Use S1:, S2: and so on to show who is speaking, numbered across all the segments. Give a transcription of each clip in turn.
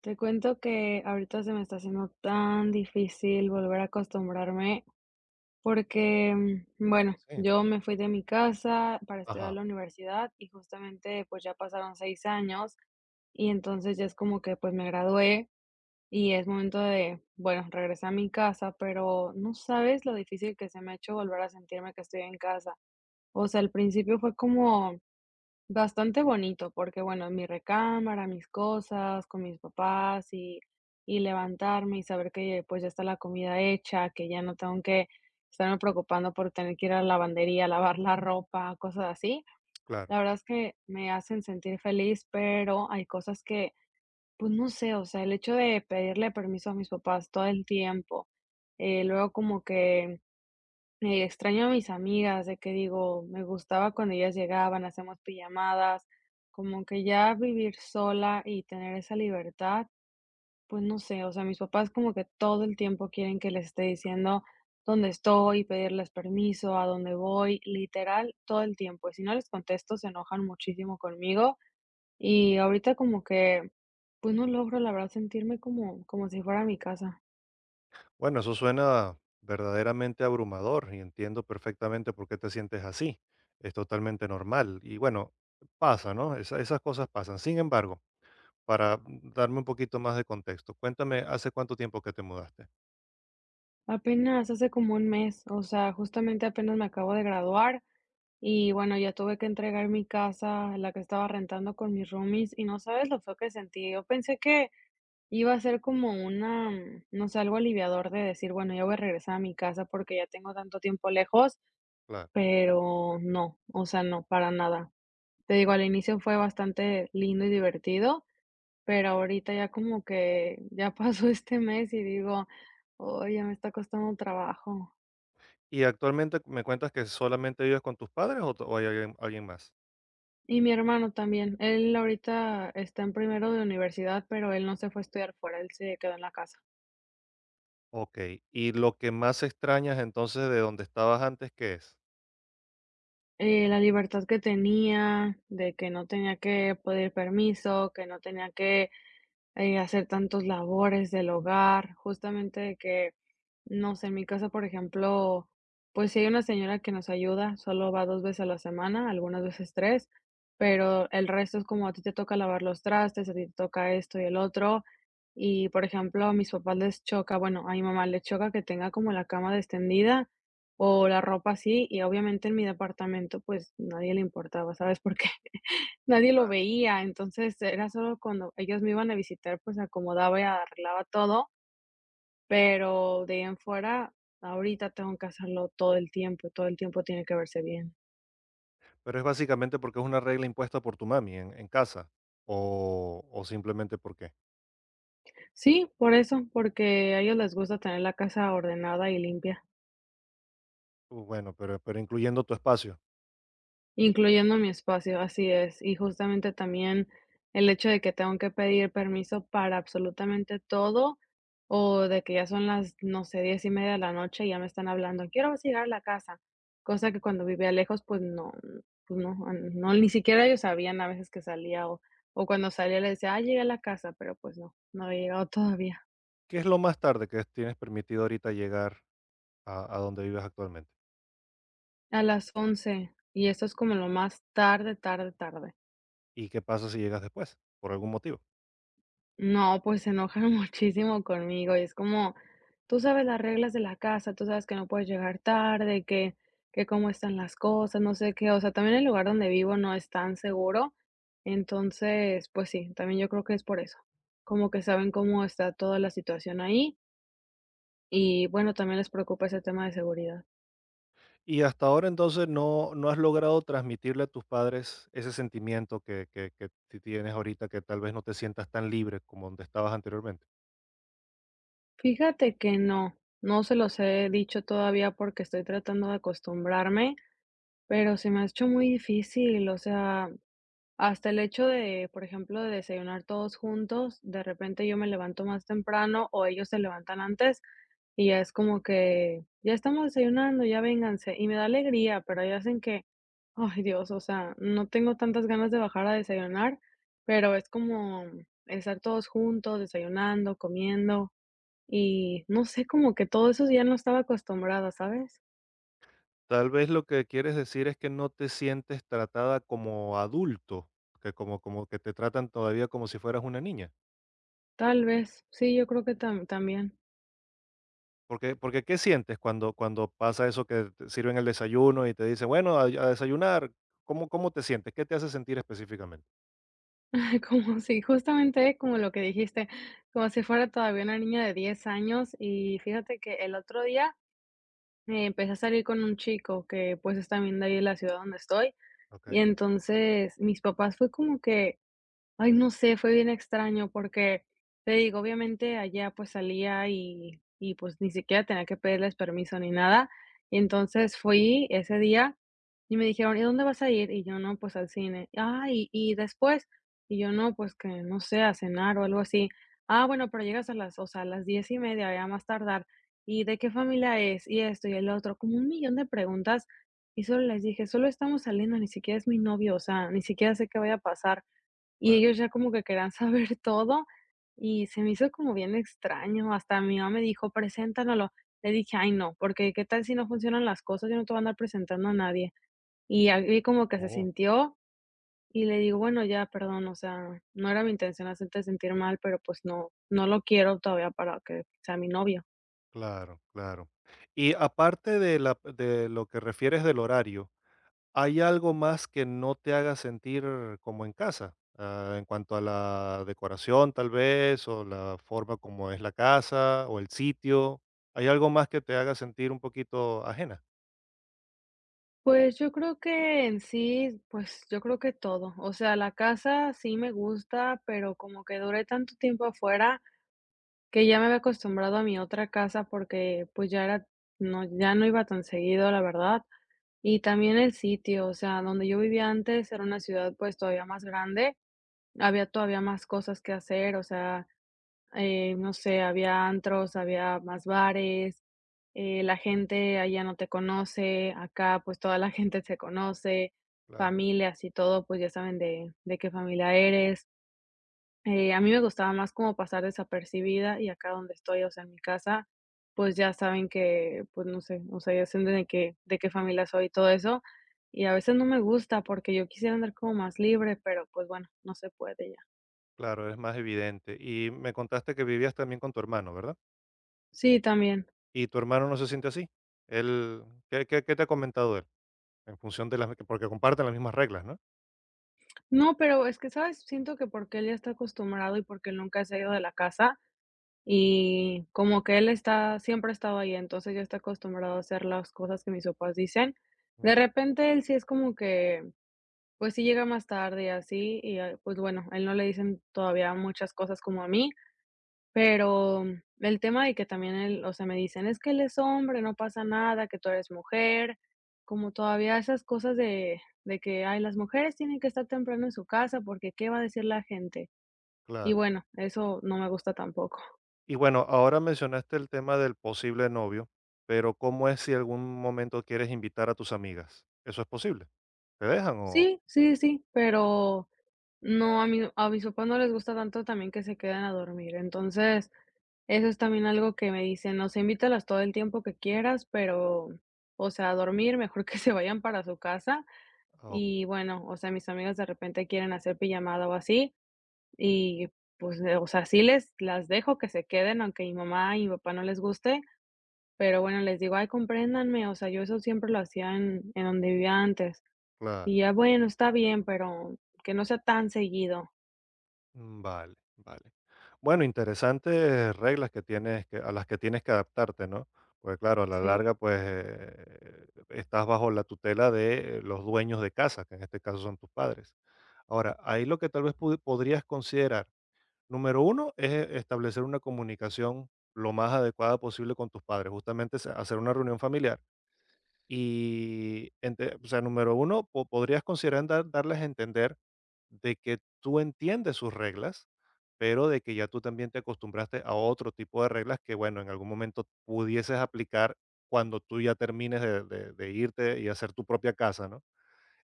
S1: Te cuento que ahorita se me está haciendo tan difícil volver a acostumbrarme porque, bueno,
S2: Sí,
S1: yo me fui de mi casa para estudiar a
S2: ajá,
S1: la universidad y justamente pues ya pasaron 6 años y entonces ya es como que pues me gradué y es momento de, bueno, regresar a mi casa, pero no sabes lo difícil que se me ha hecho volver a sentirme que estoy en casa. O sea, al principio fue como bastante bonito, porque bueno, mi recámara, mis cosas, con mis papás, y levantarme y saber que pues ya está la comida hecha, que ya no tengo que estarme preocupando por tener que ir a la lavandería, lavar la ropa, cosas así.
S2: claro.
S1: La verdad es que me hacen sentir feliz, pero hay cosas que, pues no sé, o sea, el hecho de pedirle permiso a mis papás todo el tiempo, luego como que extraño a mis amigas, de que digo, me gustaba cuando ellas llegaban, hacíamos pijamadas, como que ya vivir sola y tener esa libertad, pues no sé, o sea, mis papás como que todo el tiempo quieren que les esté diciendo dónde estoy, pedirles permiso, a dónde voy, literal, todo el tiempo. Y si no les contesto, se enojan muchísimo conmigo y ahorita como que, pues no logro, la verdad, sentirme como, como si fuera mi casa.
S2: Bueno, eso suena verdaderamente abrumador y entiendo perfectamente por qué te sientes así. Es totalmente normal. Y bueno, pasa, ¿no? Esas cosas pasan. Sin embargo, para darme un poquito más de contexto, cuéntame, ¿hace cuánto tiempo que te mudaste?
S1: Apenas hace como un mes, o sea, justamente apenas me acabo de graduar y bueno, ya tuve que entregar mi casa, la que estaba rentando con mis roomies y no sabes lo feo que sentí. Yo pensé que iba a ser como una, no sé, algo aliviador de decir, bueno, ya voy a regresar a mi casa porque ya tengo tanto tiempo lejos,
S2: Claro.
S1: pero no, o sea, no, para nada. Te digo, al inicio fue bastante lindo y divertido, pero ahorita ya como que ya pasó este mes y digo, oye, me está costando trabajo.
S2: ¿Y actualmente me cuentas que solamente vives con tus padres o o hay alguien, alguien más?
S1: Y mi hermano también. Él ahorita está en primero de universidad, pero él no se fue a estudiar fuera, él se quedó en la casa.
S2: Ok. ¿Y lo que más extrañas entonces de donde estabas antes, qué es?
S1: La libertad que tenía, de que no tenía que pedir permiso, que no tenía que hacer tantos labores del hogar, justamente de que, no sé, en mi casa, por ejemplo, pues sí hay una señora que nos ayuda, solo va dos veces a la semana, algunas veces tres, pero el resto es como a ti te toca lavar los trastes, a ti te toca esto y el otro. Y, por ejemplo, a mis papás les choca, bueno, a mi mamá le choca que tenga como la cama extendida o la ropa así, y obviamente en mi departamento pues nadie le importaba, ¿sabes? Porque nadie lo veía, entonces era solo cuando ellos me iban a visitar, pues acomodaba y arreglaba todo, pero de ahí en fuera, ahorita tengo que hacerlo todo el tiempo tiene que verse bien.
S2: Pero es básicamente porque es una regla impuesta por tu mami en casa. O simplemente porque.
S1: Sí, por eso, porque a ellos les gusta tener la casa ordenada y limpia.
S2: Bueno, pero incluyendo tu espacio.
S1: Incluyendo mi espacio, así es. Y justamente también el hecho de que tengo que pedir permiso para absolutamente todo, o de que ya son las, no sé, 10:30 de la noche y ya me están hablando: "¿Quiero vas a llegar a la casa?". Cosa que cuando vivía lejos, pues no, no, ni siquiera ellos sabían a veces que salía, o cuando salía les decía: "Ah, llegué a la casa", pero pues no, no había llegado todavía.
S2: ¿Qué es lo más tarde que tienes permitido ahorita llegar a donde vives actualmente?
S1: A las 11 y esto es como lo más tarde, tarde, tarde.
S2: ¿Y qué pasa si llegas después? Por algún motivo.
S1: No, pues se enojan muchísimo conmigo y es como, tú sabes las reglas de la casa, tú sabes que no puedes llegar tarde, que cómo están las cosas, no sé qué, o sea, también el lugar donde vivo no es tan seguro, entonces, pues sí, también yo creo que es por eso, como que saben cómo está toda la situación ahí y bueno, también les preocupa ese tema de seguridad.
S2: Y hasta ahora entonces no, no has logrado transmitirle a tus padres ese sentimiento que, tienes ahorita que tal vez no te sientas tan libre como donde estabas anteriormente.
S1: Fíjate que no, no se los he dicho todavía porque estoy tratando de acostumbrarme. Pero se me ha hecho muy difícil, o sea, hasta el hecho de, por ejemplo, de desayunar todos juntos, de repente yo me levanto más temprano o ellos se levantan antes y ya es como que ya estamos desayunando, ya vénganse. Y me da alegría, pero hay hacen que, ay Dios, o sea, no tengo tantas ganas de bajar a desayunar, pero es como estar todos juntos, desayunando, comiendo y no sé, como que todo eso ya no estaba acostumbrada, ¿sabes?
S2: Tal vez lo que quieres decir es que no te sientes tratada como adulto, que como como que te tratan todavía como si fueras una niña.
S1: Tal vez, sí, yo creo que también.
S2: Porque porque, ¿qué sientes cuando cuando pasa eso que te sirven el desayuno y te dicen: "Bueno, a desayunar"? ¿Cómo cómo te sientes? ¿Qué te hace sentir específicamente?
S1: Como si justamente como lo que dijiste, como si fuera todavía una niña de 10 años. Y fíjate que el otro día, empecé a salir con un chico que, pues, es también de ahí de la ciudad donde estoy. Y
S2: Okey,
S1: entonces mis papás fue como que ay, no sé, fue bien extraño porque, te digo, obviamente allá, pues, salía pues, ni siquiera tenía que pedirles permiso ni nada. Y entonces, fui ese día y me dijeron: "¿Y dónde vas a ir?". Y yo: "No, pues, al cine". "Ah, ¿y después?". Y yo: "No, pues, que no sé, a cenar o algo así". "Ah, bueno, pero llegas a las, o sea, a las 10:30, ya a más tardar. ¿Y de qué familia es? Y esto y el otro", como un millón de preguntas, y solo les dije: "Solo estamos saliendo, ni siquiera es mi novio, o sea, ni siquiera sé qué vaya a pasar". Y
S2: claro.
S1: ellos ya como que querían saber todo, y se me hizo como bien extraño, hasta mi mamá me dijo: "Preséntanoslo". Le dije: "Ay, no, porque qué tal si no funcionan las cosas, yo no te voy a andar presentando a nadie". Y ahí como que se
S2: Oh,
S1: sintió, y le digo: "Bueno, ya, perdón, o sea, no era mi intención hacerte sentir mal, pero, pues, no lo quiero todavía para que sea mi novio".
S2: claro, claro. Y aparte de la de lo que refieres del horario, ¿hay algo más que no te haga sentir como en casa? Ah, en cuanto a la decoración, tal vez, o la forma como es la casa, o el sitio. ¿Hay algo más que te haga sentir un poquito ajena?
S1: Pues, yo creo que en sí, pues, yo creo que todo. O sea, la casa sí me gusta, pero como que duré tanto tiempo afuera, que ya me había acostumbrado a mi otra casa porque, pues, ya era no, ya no iba tan seguido, la verdad. Y también el sitio, o sea, donde yo vivía antes era una ciudad, pues, todavía más grande, había todavía más cosas que hacer, o sea, no sé, había antros, había más bares, la gente allá no te conoce, acá, pues, toda la gente se conoce,
S2: Claro,
S1: familias y todo, pues, ya saben de qué familia eres. A mí me gustaba más como pasar desapercibida y acá donde estoy, o sea, en mi casa, pues ya saben que, pues no sé, o sea, ya saben de qué familia soy y todo eso. Y a veces no me gusta porque yo quisiera andar como más libre, pero pues bueno, no se puede ya.
S2: claro, es más evidente. Y me contaste que vivías también con tu hermano, ¿verdad?
S1: Sí, también.
S2: ¿Y tu hermano no se siente así? Él, ¿qué, qué te ha comentado él? En función de las, porque comparten las mismas reglas, ¿no?
S1: No, pero es que, ¿sabes? Siento que porque él ya está acostumbrado y porque él nunca se ha ido de la casa y como que él está, siempre ha estado ahí, entonces ya está acostumbrado a hacer las cosas que mis papás dicen.
S2: Mm,
S1: De repente él sí es como que pues sí llega más tarde y así, y, ah, pues bueno, a él no le dicen todavía muchas cosas como a mí, pero el tema de que también él, o sea, me dicen: "Es que él es hombre, no pasa nada, que tú eres mujer", como todavía esas cosas de que: "Ay, las mujeres tienen que estar temprano en su casa porque, ¿qué va a decir la gente?". Y
S2: claro.
S1: bueno, eso no me gusta tampoco.
S2: Y bueno, ahora mencionaste el tema del posible novio, pero ¿cómo es si algún momento quieres invitar a tus amigas? ¿Eso es posible? ¿Te dejan o...?
S1: Sí, sí, sí, pero no, a mí a mis papás no les gusta tanto también que se queden a dormir. Entonces, eso es también algo que me dicen, o sea, invítalas todo el tiempo que quieras, pero, o sea, a dormir, mejor que se vayan para su casa.
S2: o-
S1: Y bueno, o sea, mis amigas de repente quieren hacer pijamada o así, y pues, o sea, sí les las dejo que se queden, aunque mi mamá y mi papá no les guste, pero bueno, les digo: "Ay, compréndanme", o sea, yo eso siempre lo hacía en donde vivía antes.
S2: claro.
S1: Y ya, bueno, está bien, pero que no sea tan seguido.
S2: Mm, vale, vale. Bueno, interesantes reglas que tienes a las que tienes que adaptarte, ¿no? Porque claro, a la
S1: Sí,
S2: larga, pues estás bajo la tutela de los dueños de casa, que en este caso son tus padres. Ahora, ahí lo que tal vez podrías considerar. Número uno es establecer una comunicación lo más adecuada posible con tus padres, justamente hacer una reunión familiar. Y, o sea, número uno, podrías considerar darles a entender de que tú entiendes sus reglas, pero de que ya tú también te acostumbraste a otro tipo de reglas que, bueno, en algún momento pudieses aplicar cuando tú ya termines de, de irte y hacer tu propia casa, ¿no?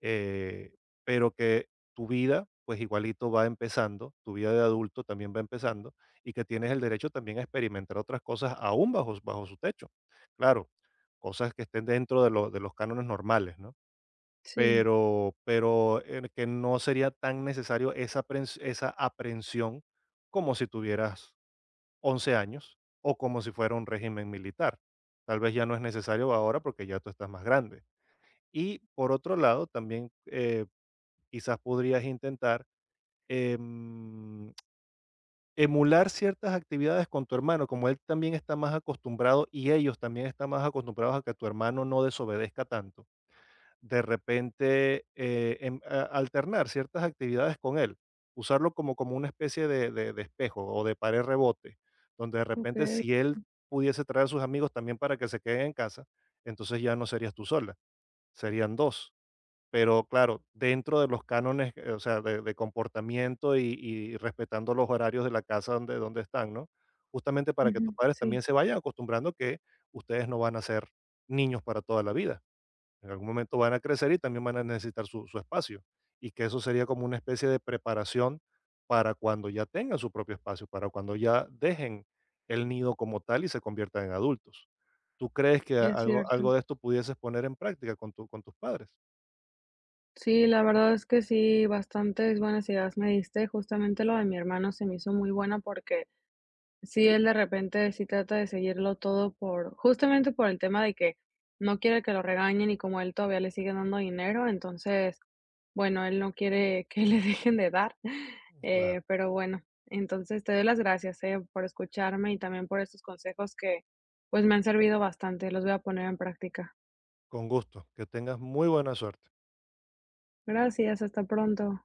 S2: eh, pero que tu vida, pues igualito va empezando, tu vida de adulto también va empezando y que tienes el derecho también a experimentar otras cosas aún bajo, bajo su techo. Claro, cosas que estén dentro de, de los cánones normales, ¿no?
S1: sí,
S2: Pero que no sería tan necesario esa, esa aprensión como si tuvieras 11 años o como si fuera un régimen militar. Tal vez ya no es necesario ahora porque ya tú estás más grande. Y por otro lado, también quizás podrías intentar em, emular ciertas actividades con tu hermano, como él también está más acostumbrado y ellos también están más acostumbrados a que tu hermano no desobedezca tanto. De repente, alternar ciertas actividades con él, usarlo como, como una especie de, de espejo o de pared rebote, donde de repente
S1: okey.
S2: si él pudiese traer a sus amigos también para que se queden en casa, entonces ya no serías tú sola, serían dos. Pero claro, dentro de los cánones, o sea, de comportamiento y respetando los horarios de la casa donde, donde están, ¿no? Justamente para que
S1: Ujú,
S2: tus padres
S1: sí,
S2: también se vayan acostumbrando que ustedes no van a ser niños para toda la vida. En algún momento van a crecer y también van a necesitar su, su espacio. Y que eso sería como una especie de preparación para cuando ya tengan su propio espacio, para cuando ya dejen el nido como tal y se conviertan en adultos. ¿Tú crees que
S1: es
S2: algo, algo
S1: cierto.
S2: de esto pudieses poner en práctica con, con tus padres?
S1: Sí, la verdad es que sí, bastantes buenas ideas me diste. Justamente lo de mi hermano se me hizo muy buena porque sí, él de repente sí trata de seguirlo todo justamente por el tema de que no quiere que lo regañen y como él todavía le sigue dando dinero, entonces, bueno, él no quiere que le dejen de dar.
S2: Claro.
S1: Pero bueno, entonces te doy las gracias, por escucharme y también por estos consejos que pues me han servido bastante. Los voy a poner en práctica.
S2: Con gusto. Que tengas muy buena suerte.
S1: Gracias, hasta pronto.